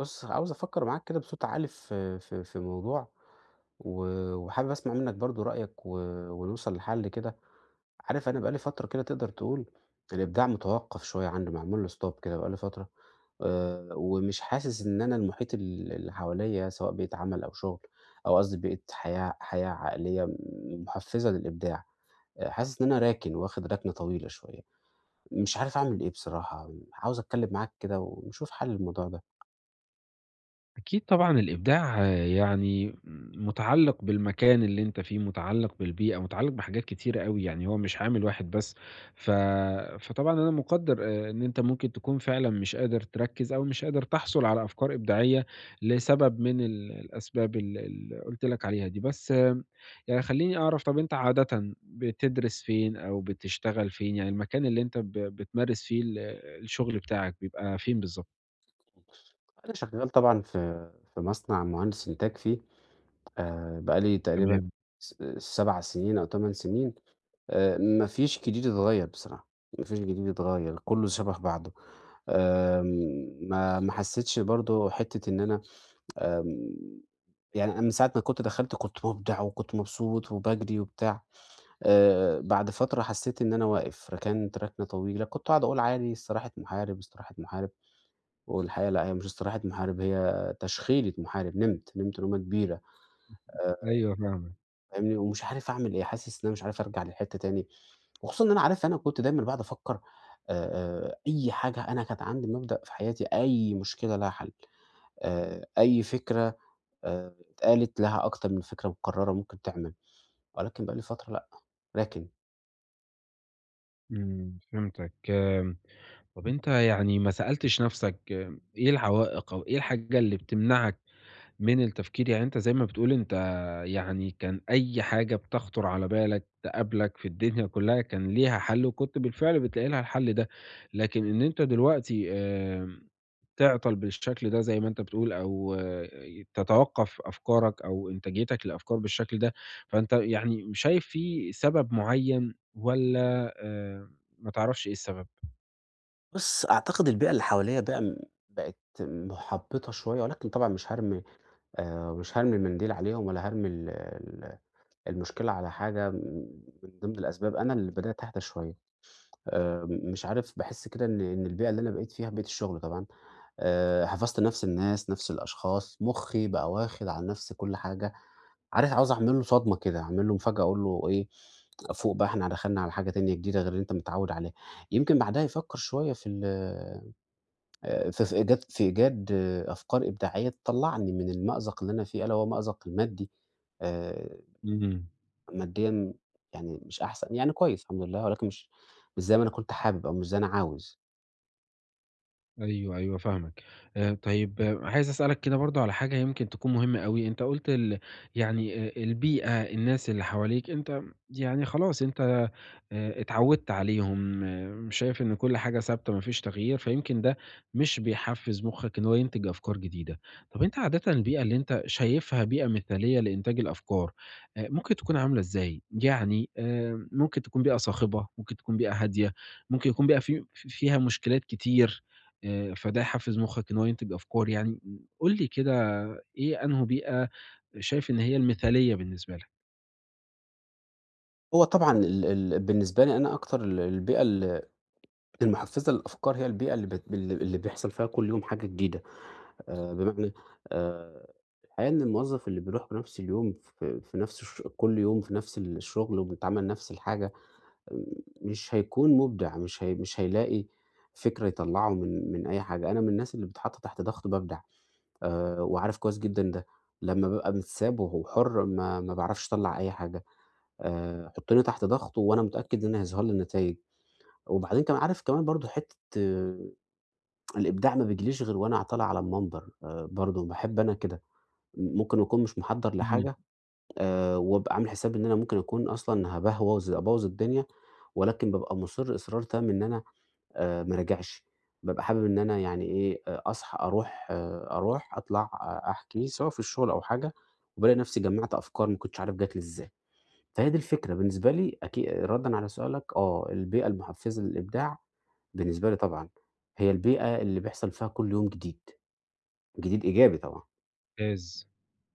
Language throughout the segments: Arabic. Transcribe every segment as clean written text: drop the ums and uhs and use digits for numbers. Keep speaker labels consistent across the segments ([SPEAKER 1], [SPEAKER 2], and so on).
[SPEAKER 1] بُص، عاوز أفكّر معاك كده بصوت عالي في موضوع. و وحابب أسمع منّك برضه رأيك و ونوصل لحل كده. عارف أنا بقى لي فترة كده تقدر تقول الإبداع متوقّف شوية عندي، معمول له stop كده بقى لي فترة. ومش حاسس إن أنا المحيط اللي حواليّا سواء بيئة عمل أو شُغل، أو قصدي بيئة حياة، حياة عائلية محفّزة للإبداع. حاسس إن أنا راكن، واخد ركنة طويلة شوية. مش عارف أعمل إيه بصراحة، عاوز أتكلّم معاك كده ونشوف حل للموضوع ده.
[SPEAKER 2] أكيد طبعًا الإبداع يعني متعلق بالمكان اللي أنت فيه، متعلق بالبيئة، متعلق بحاجات كتيرة أوي، يعني هو مش عامل واحد بس. ف فطبعًا أنا مقدّر إن أنت ممكن تكون فعلًا مش قادر تركّز أو مش قادر تحصل على أفكار إبداعية لسبب من الأسباب اللي قُلت لك عليها دي. بس يعني خلّيني أعرف طَب أنت عادةً بتدرس فين أو بتشتغل فين؟ يعني المكان اللي أنت بتمارس فيه الشغل بتاعك بيبقى فين بالضبط؟
[SPEAKER 1] أنا شغال طبعًا في مصنع مهندس إنتاج فيه، بقى لي تقريبًا
[SPEAKER 2] تمام.
[SPEAKER 1] 7 سنين أو 8 سنين، ما فيش جديد اتغيّر بصراحة، ما فيش جديد اتغيّر، كُلّه شَبه بعضه. آمم ما ما حسّيتش برضه حتّة إن أنا، آمم يعني أنا من ساعة ما كنت دخلت كنت مُبدع وكنت مبسوط وباجري وبتاع. بعد فترة حسّيت إن أنا واقف، ركنت ركنة طويلة، كنت أقعد أقول عادي استراحة محارب، استراحة محارب. والحقيقة لأ، هي مش استراحة محارب، هي تشخيلة محارب، نمت، نمت نومة كبيرة. آآ
[SPEAKER 2] أيوه فاهمك.
[SPEAKER 1] فاهمني، ومش عارف أعمل إيه، حاسس إن أنا مش عارف أرجع للحتّة تاني، وخصوصًا إن أنا عارف أنا كنت دايمًا باقعد أفكّر. أي حاجة أنا كانت عندي مبدأ في حياتي، أي مشكلة لها حل، أي فكرة اتقالت لها أكتر من فكرة مكرّرة ممكن تعمل، ولكن بقى لي فترة لأ. لكن
[SPEAKER 2] إمم، فهمتك. طَب أنت يعني ما سألتش نَفْسك إيه العوائق أو إيه الحاجة اللي بتمنعك من التفكير، يعني أنت زي ما بتقول أنت يعني كان أي حاجة بتخطر على بالك تقابلك في الدنيا كلّها كان ليها حل، وكنت بالفعل بتلاقي لها الحل ده، لكن إن أنت دلوقتي تعطل بالشكل ده زي ما أنت بتقول أو تتوقّف أفكارك أو إنتاجيتك للأفكار بالشكل ده، فأنت يعني شايف في سبب معيّن والّا ما تعرفش إيه السبب؟
[SPEAKER 1] بُص، أعتقد البيئة اللي حواليّا بقى بقت محبّطة شوية، ولكن طبعًا مش هارمي، مش هارمي المنديل عليهم ولا هارمي ال ال المشكلة على حاجة من ضمن الأسباب أنا اللي بدأت أهدى شوية. مش عارف باحس كده إن البيئة اللي أنا بقيت فيها بيئة الشغل طبعًا، حفظت نفس الناس، نفس الأشخاص، مُخّي بقى واخد على نفس كل حاجة، عارف عاوز أعمل له صدمة كده، أعمل له مفاجأة أقول له إيه، فوق بقى إحنا دخلنا على حاجة تانية جديدة غير اللي أنت متعود عليها، يمكن بعدها يفكر شوية في ال ف في إيجاد في إيجاد آه، أفكار إبداعية تطلعني من المأزق اللي أنا فيه، ألا وهو مأزق المادي. آآ
[SPEAKER 2] إمم.
[SPEAKER 1] ماديًا يعني مش أحسن، يعني كويس الحمد لله، ولكن مش زي ما أنا كنت حابب أو مش زي ما أنا عاوز.
[SPEAKER 2] أيوه، أيوه فاهمك. طيب عايز أسألك كده برضه على حاجة يمكن تكون مهمة أوي، أنت قُلت يعني البيئة، الناس اللي حواليك، أنت يعني خلاص أنت اتعوّدت عليهم، آه، شايف إن كل حاجة ثابتة ما فيش تغيير، فيمكن ده مش بيحفّز مُخّك إن هو ينتج أفكار جديدة. طب أنت عادةً البيئة اللي أنت شايفها بيئة مثالية لإنتاج الأفكار، ممكن تكون عاملة إزاي؟ يعني ممكن تكون بيئة صاخبة، ممكن تكون بيئة هادية، ممكن يكون بيئة في فيها مشكلات كتير، فده يحفّز مُخّك إن هو ينتج أفكار يعني. قُل لي كده إيه أنهو بيئة شايف إن هي المثالية بالنسبة لك؟
[SPEAKER 1] هو طبعًا ال ال بالنسبة لي أنا أكتر البيئة المحفزة للأفكار هي البيئة اللي بت ال اللي بيحصل فيها كل يوم حاجة جديدة. بمعنى، آآ الحقيقة إن الموظف اللي بيروح بنفس اليوم في نفس الش كل يوم في نفس الشغل وبيتعمل نفس الحاجة، آه، مش هيكون مُبدع، مش هيلاقي فكرة يطلّعه من أي حاجة. أنا من الناس اللي باتحط تحت ضغط بابدع. وعارف كويس جدًا ده، لمّا بابقى متساب وهو حُر ما باعرفش أطلّع أي حاجة. حُطّني تحت ضغط وأنا متأكد إن هيظهر لي النتايج، وبعدين كمان عارف كمان برضه حتّة، آه، الإبداع ما بيجيليش غير وأنا طالع على المنبر. برضه باحب أنا كده، ممكن أكون مش محضّر لحاجة، وأبقى عامل حسابي إن أنا ممكن أكون أصلًا هابهوَظ أبوّظ الدنيا، ولكن بابقى مُصِر إصرار تام إن أنا ما راجعش، بابقى حابب إن أنا يعني إيه، أصحى أروح آه، أروح أطلع أحكي سواء في الشغل أو حاجة، وبالاقي نفسي جمّعت أفكار ما كنتش عارف جات لي إزاي. فهي دي الفكرة بالنسبة لي أكي ردًا على سؤالك، آه، البيئة المحفزة للإبداع بالنسبة لي طبعًا، هي البيئة اللي بيحصل فيها كل يوم جديد، جديد إيجابي طبعًا.
[SPEAKER 2] ممتاز.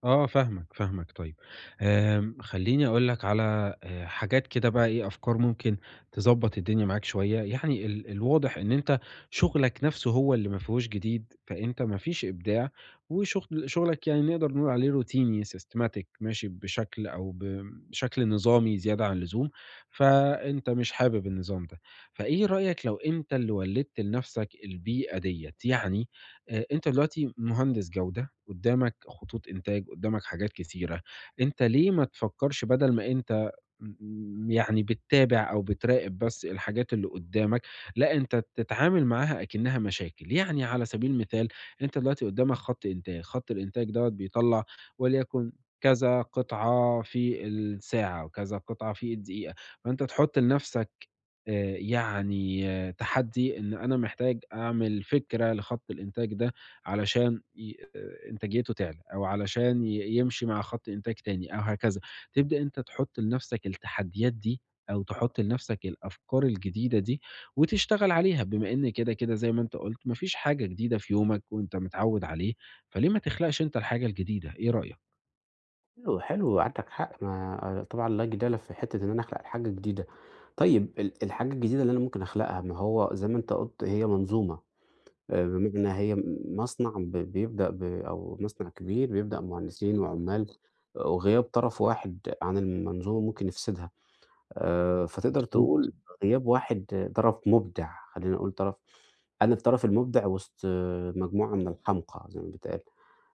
[SPEAKER 2] آه فاهمك، فاهمك طيب. خلّيني أقول لك على حاجات كده بقى إيه، أفكار ممكن تضبّط الدنيا معاك شوية. يعني الواضح إن أنت شغلك نَفْسه هو اللي ما فيهوش جديد، فأنت ما فيش إبداع وشغل شغلك يعني نقدر نقول عليه روتيني systematic ماشي بشكل أو بشكل نظامي زيادة عن اللزوم، فأنت مش حابب النظام ده. فإيه رأيك لو أنت اللي ولِّدت لنَفْسك البيئة ديّة؟ يعني أنت دلوقتي مهندس جودة قدّامك خطوط إنتاج، قدّامك حاجات كتيرة، أنت ليه ما تفكّرش بدل ما أنت يعني بتتابع أو بتراقب بس الحاجات اللي قدّامك، لأ أنت تتعامل معاها أكنّها مشاكل، يعني على سبيل المثال أنت دلوقتي قدّامك خط إنتاج، خط الإنتاج دوّة بيطلّع وليكن كذا قطعة في الساعة وكذا قطعة في الدقيقة، فأنت تحُط لنَفْسك آآ يعني تحدّي إن أنا محتاج أعمل فكرة لخط الإنتاج ده علشان ي إنتاجيته تعلى، أو علشان يمشي مع خط إنتاج تاني أو هكذا. تبدأ أنت تحُط لنَفْسك التحديات دي، أو تحُط لنَفْسك الأفكار الجديدة دي، وتشتغل عليها، بما إن كده، كده زي ما أنت قُلت ما فيش حاجة جديدة في يومك وأنت متعوّد عليه، فليه ما تخلقش أنت الحاجة الجديدة، إيه رأيك؟
[SPEAKER 1] حلو، حلو، عندك حق، ما آه، طبعًا لا جدال في حتة إن أنا أخلق حاجة جديدة. طيب الحاجة الجديدة اللي أنا ممكن أخلقها، ما هو زي ما أنت قُلت هي منظومة. بمعنى هي مصنع بيبدأ أو مصنع كبير بيبدأ مهندسين وعمال، آه، وغياب طرف واحد عن المنظومة ممكن يفسدها. فتقدر
[SPEAKER 2] مضبوط.
[SPEAKER 1] تقول غياب واحد طرف مبدع، خلّينا نقول طرف، أنا الطرف المبدع وسط آه، مجموعة من الحمقى زي ما بيتقال.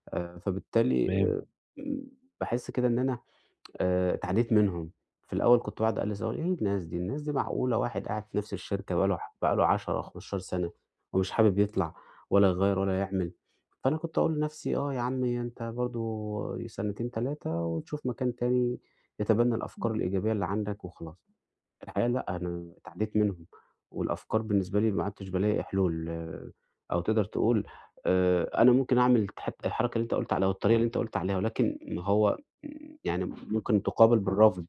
[SPEAKER 1] آآ فبالتالي
[SPEAKER 2] تمام.
[SPEAKER 1] آآ باحس كده إن أنا اتعديت منهم. في الأول كنت باقعد أقلِّل صور إيه الناس دي، الناس دي معقولة واحد قاعد في نفس الشركة بقى له بقى له 10، 15 سَنة ومش حابب يطلع ولا يغيّر ولا يعمل، فأنا كنت أقول لنفسي آه يا عمي أنت برضه سنتين، 3 وتشوف مكان تاني يتبنى الأفكار الإيجابية اللي عندك وخلاص. الحقيقة لأ، أنا اتعدّيت منهم، والأفكار بالنسبة لي ما عدتش بالاقي حلول آه، أو تقدر تقول، أنا ممكن أعمل حتى الحركة اللي أنت قُلت عليها والطريقة اللي أنت قُلت عليها، ولكن ما هو يعني ممكن تُقابل بالرفض.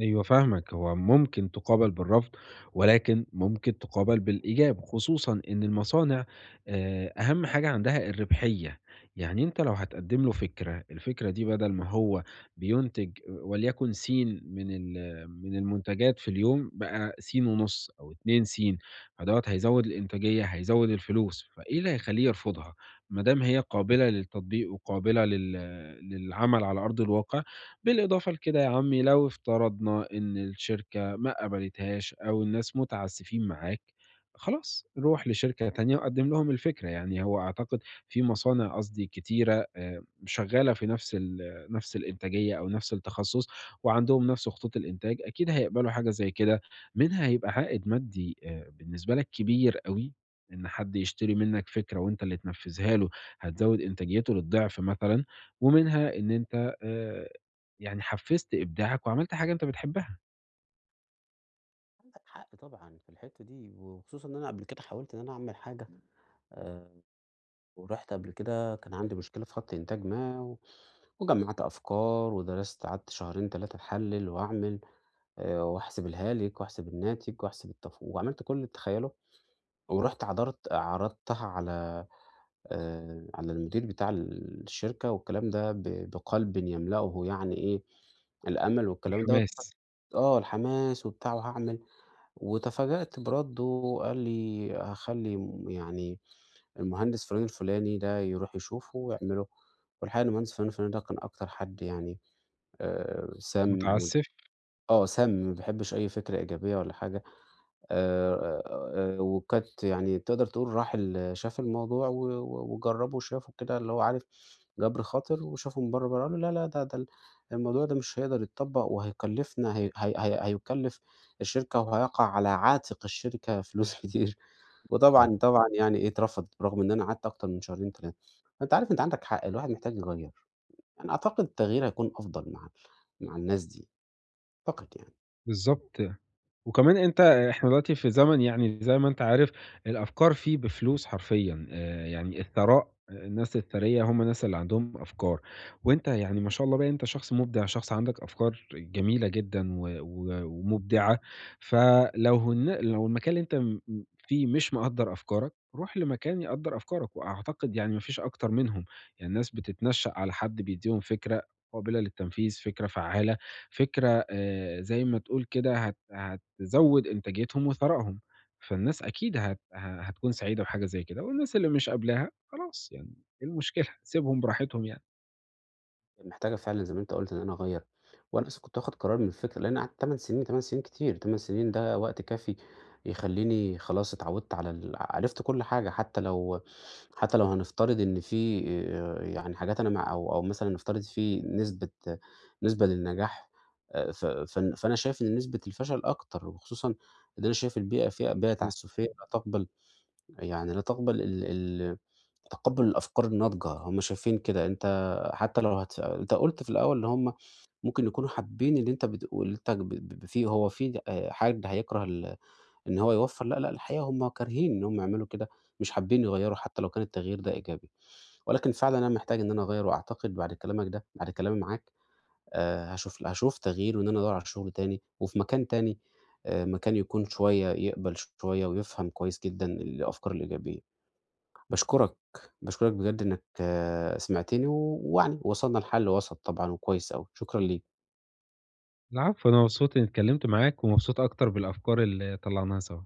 [SPEAKER 2] أيوه فاهمك، هو ممكن تُقابل بالرفض، ولكن ممكن تُقابل بالإيجاب، خصوصًا إن المصانع أهم حاجة عندها الربحية، يعني أنت لو هتقدّم له فكرة، الفكرة دي بدل ما هو بينتج وليكن س من من المنتجات في اليوم بقى س ونُص أو 2 س، فدوّة هيزوّد الإنتاجية، هيزوّد الفلوس، فإيه اللي هيخلّيه يرفضها؟ ما دام هي قابلة للتطبيق وقابلة للعمل على أرض الواقع، بالإضافة لكده يا عمي لو افترضنا إن الشركة ما قبلتهاش أو الناس متعسفين معاك خلاص روح لشركة تانية وقدم لهم الفكرة يعني هو أعتقد في مصانع قصدي كتيرة آه، شغالة في نفس الإنتاجية أو نفس التخصص وعندهم نفس خطوط الإنتاج أكيد هيقبلوا حاجة زي كده منها هيبقى عائد مادي بالنسبة لك كبير قوي إن حد يشتري منك فكرة وأنت اللي تنفذها له هتزود إنتاجيته للضعف مثلا ومنها إن أنت يعني حفّزت إبداعك وعملت حاجة أنت بتحبها،
[SPEAKER 1] عندك حق طبعًا في الحتّة دي، وخصوصًا إن أنا قبل كده حاولت إن أنا أعمل حاجة، آآ، ورُحت قبل كده كان عندي مشكلة في خط إنتاج ما، وجمّعت أفكار ودرست قعدت شهرين 3 أحلّل وأعمل، وأحسب الهالك وأحسب الناتج وأحسب التف وعملت كل اللي تتخيّله. ورُحت عَرَضت عرضتها على، على المدير بتاع الشركة والكلام ده بقلب يملأه يعني إيه، الأمل والكلام دوّة،
[SPEAKER 2] الحماس،
[SPEAKER 1] آه، الحماس وبتاع وهاعمل، وتفاجأت برَدُّه قال لي هاخلّي يعني المهندس فلان الفلاني ده يروح يشوفه ويعمله، والحقيقة إن المهندس فلان الفلاني ده كان أكتر حد يعني، سام،
[SPEAKER 2] متعسّف
[SPEAKER 1] آه، سام ما بيحبش أي فكرة إيجابية ولا حاجة. آآ وكانت يعني تقدر تقول راح شاف الموضوع و وجرّبه وشافه كده اللي هو عارف جَبْر خاطر وشافه من برّه، برّه قال له: "لا، لا ده الموضوع ده مش هيقدر يتطبّق وهيكلّفنا هي هي هي هيكلّف الشركة وهيقع على عاتق الشركة فلوس كتير."
[SPEAKER 2] إمم،
[SPEAKER 1] وطبعًا، طبعًا يعني إيه، اترفض برغم إن أنا قعدت أكتر من شهرين 3. فأنت عارف أنت عندك حق، الواحد محتاج يغيّر. يعني أعتقد التغيير هيكون أفضل مع الناس دي، أعتقد يعني.
[SPEAKER 2] بالضبط. وكمان أنت إحنا دلوقتي في زمن يعني زي ما أنت عارف الأفكار فيه بفلوس حرفيًا، يعني الثراء الناس الثرية هم الناس اللي عندهم أفكار، وأنت يعني ما شاء الله بقى أنت شخص مُبدع، شخص عندك أفكار جميلة جدًا و و ومُبدعة، فلو لو المكان اللي أنت فيه مش مقدّر أفكارك، روح لمكان يقدّر أفكارك، وأعتقد يعني ما فيش أكتر منهم، يعني الناس بتتنشّأ على حد بيدّيهم فكرة قابلة للتنفيذ، فكرة فعّالة، فكرة زي ما تقول كده هت ه تزوّد إنتاجيتهم وثرائهم، فالناس أكيد هت ه هتكون سعيدة بحاجة زي كده، والناس اللي مش قابلاها خلاص يعني إيه المشكلة؟ سيبهم براحتهم يعني.
[SPEAKER 1] محتاجة فعلًا زي ما أنت قُلت إن أنا أغيّر، وأنا أصلًا كنت واخد قرار من الفكرة لإن قعدت 8 سنين، 8 سنين كتير، 8 سنين ده وقت كافي يخلّيني خلاص اتعوّدت على عرفت كل حاجة حتى لو، هنفترض إن في يعني حاجات أنا مع أو أو مثلًا نفترض في نسبة، للنجاح، ف فن فأنا شايف إن نسبة الفشل أكتر، وخصوصًا إن أنا شايف البيئة فيها بيئة
[SPEAKER 2] مضبوط.
[SPEAKER 1] تعسفية لا تقبل، يعني لا تقبل ال ال تقبُّل الأفكار الناضجة، هم شايفين كده، أنت حتى لو هتس أنت قُلت في الأول إن هم ممكن يكونوا حابين اللي أنت بتقول اللي أنت ب ب في هو في حد هيكره إن هو يوفّر، لأ، لأ، الحقيقة هم كارهين إن هم يعملوا كده، مش حابين يغيّروا حتى لو كان التغيير ده إيجابي، ولكن فعلًا أنا محتاج إن أنا أغيّر وأعتقد بعد كلامك ده بعد كلامي معاك، هاشوف تغيير وإن أنا أدوّر على شغل تاني وفي مكان تاني، مكان يكون شوية يقبل شوية ويفهم كويس جدًا الأفكار الإيجابية. باشكرك، باشكرك بجد إنك آه، سمعتني، ويعني وصلنا لحل وسط طبعًا وكويس أوي، شكرًا ليك.
[SPEAKER 2] العفو، أنا مبسوط إني اتكلمت معاك، ومبسوط أكتر بالأفكار اللي طلعناها سوا.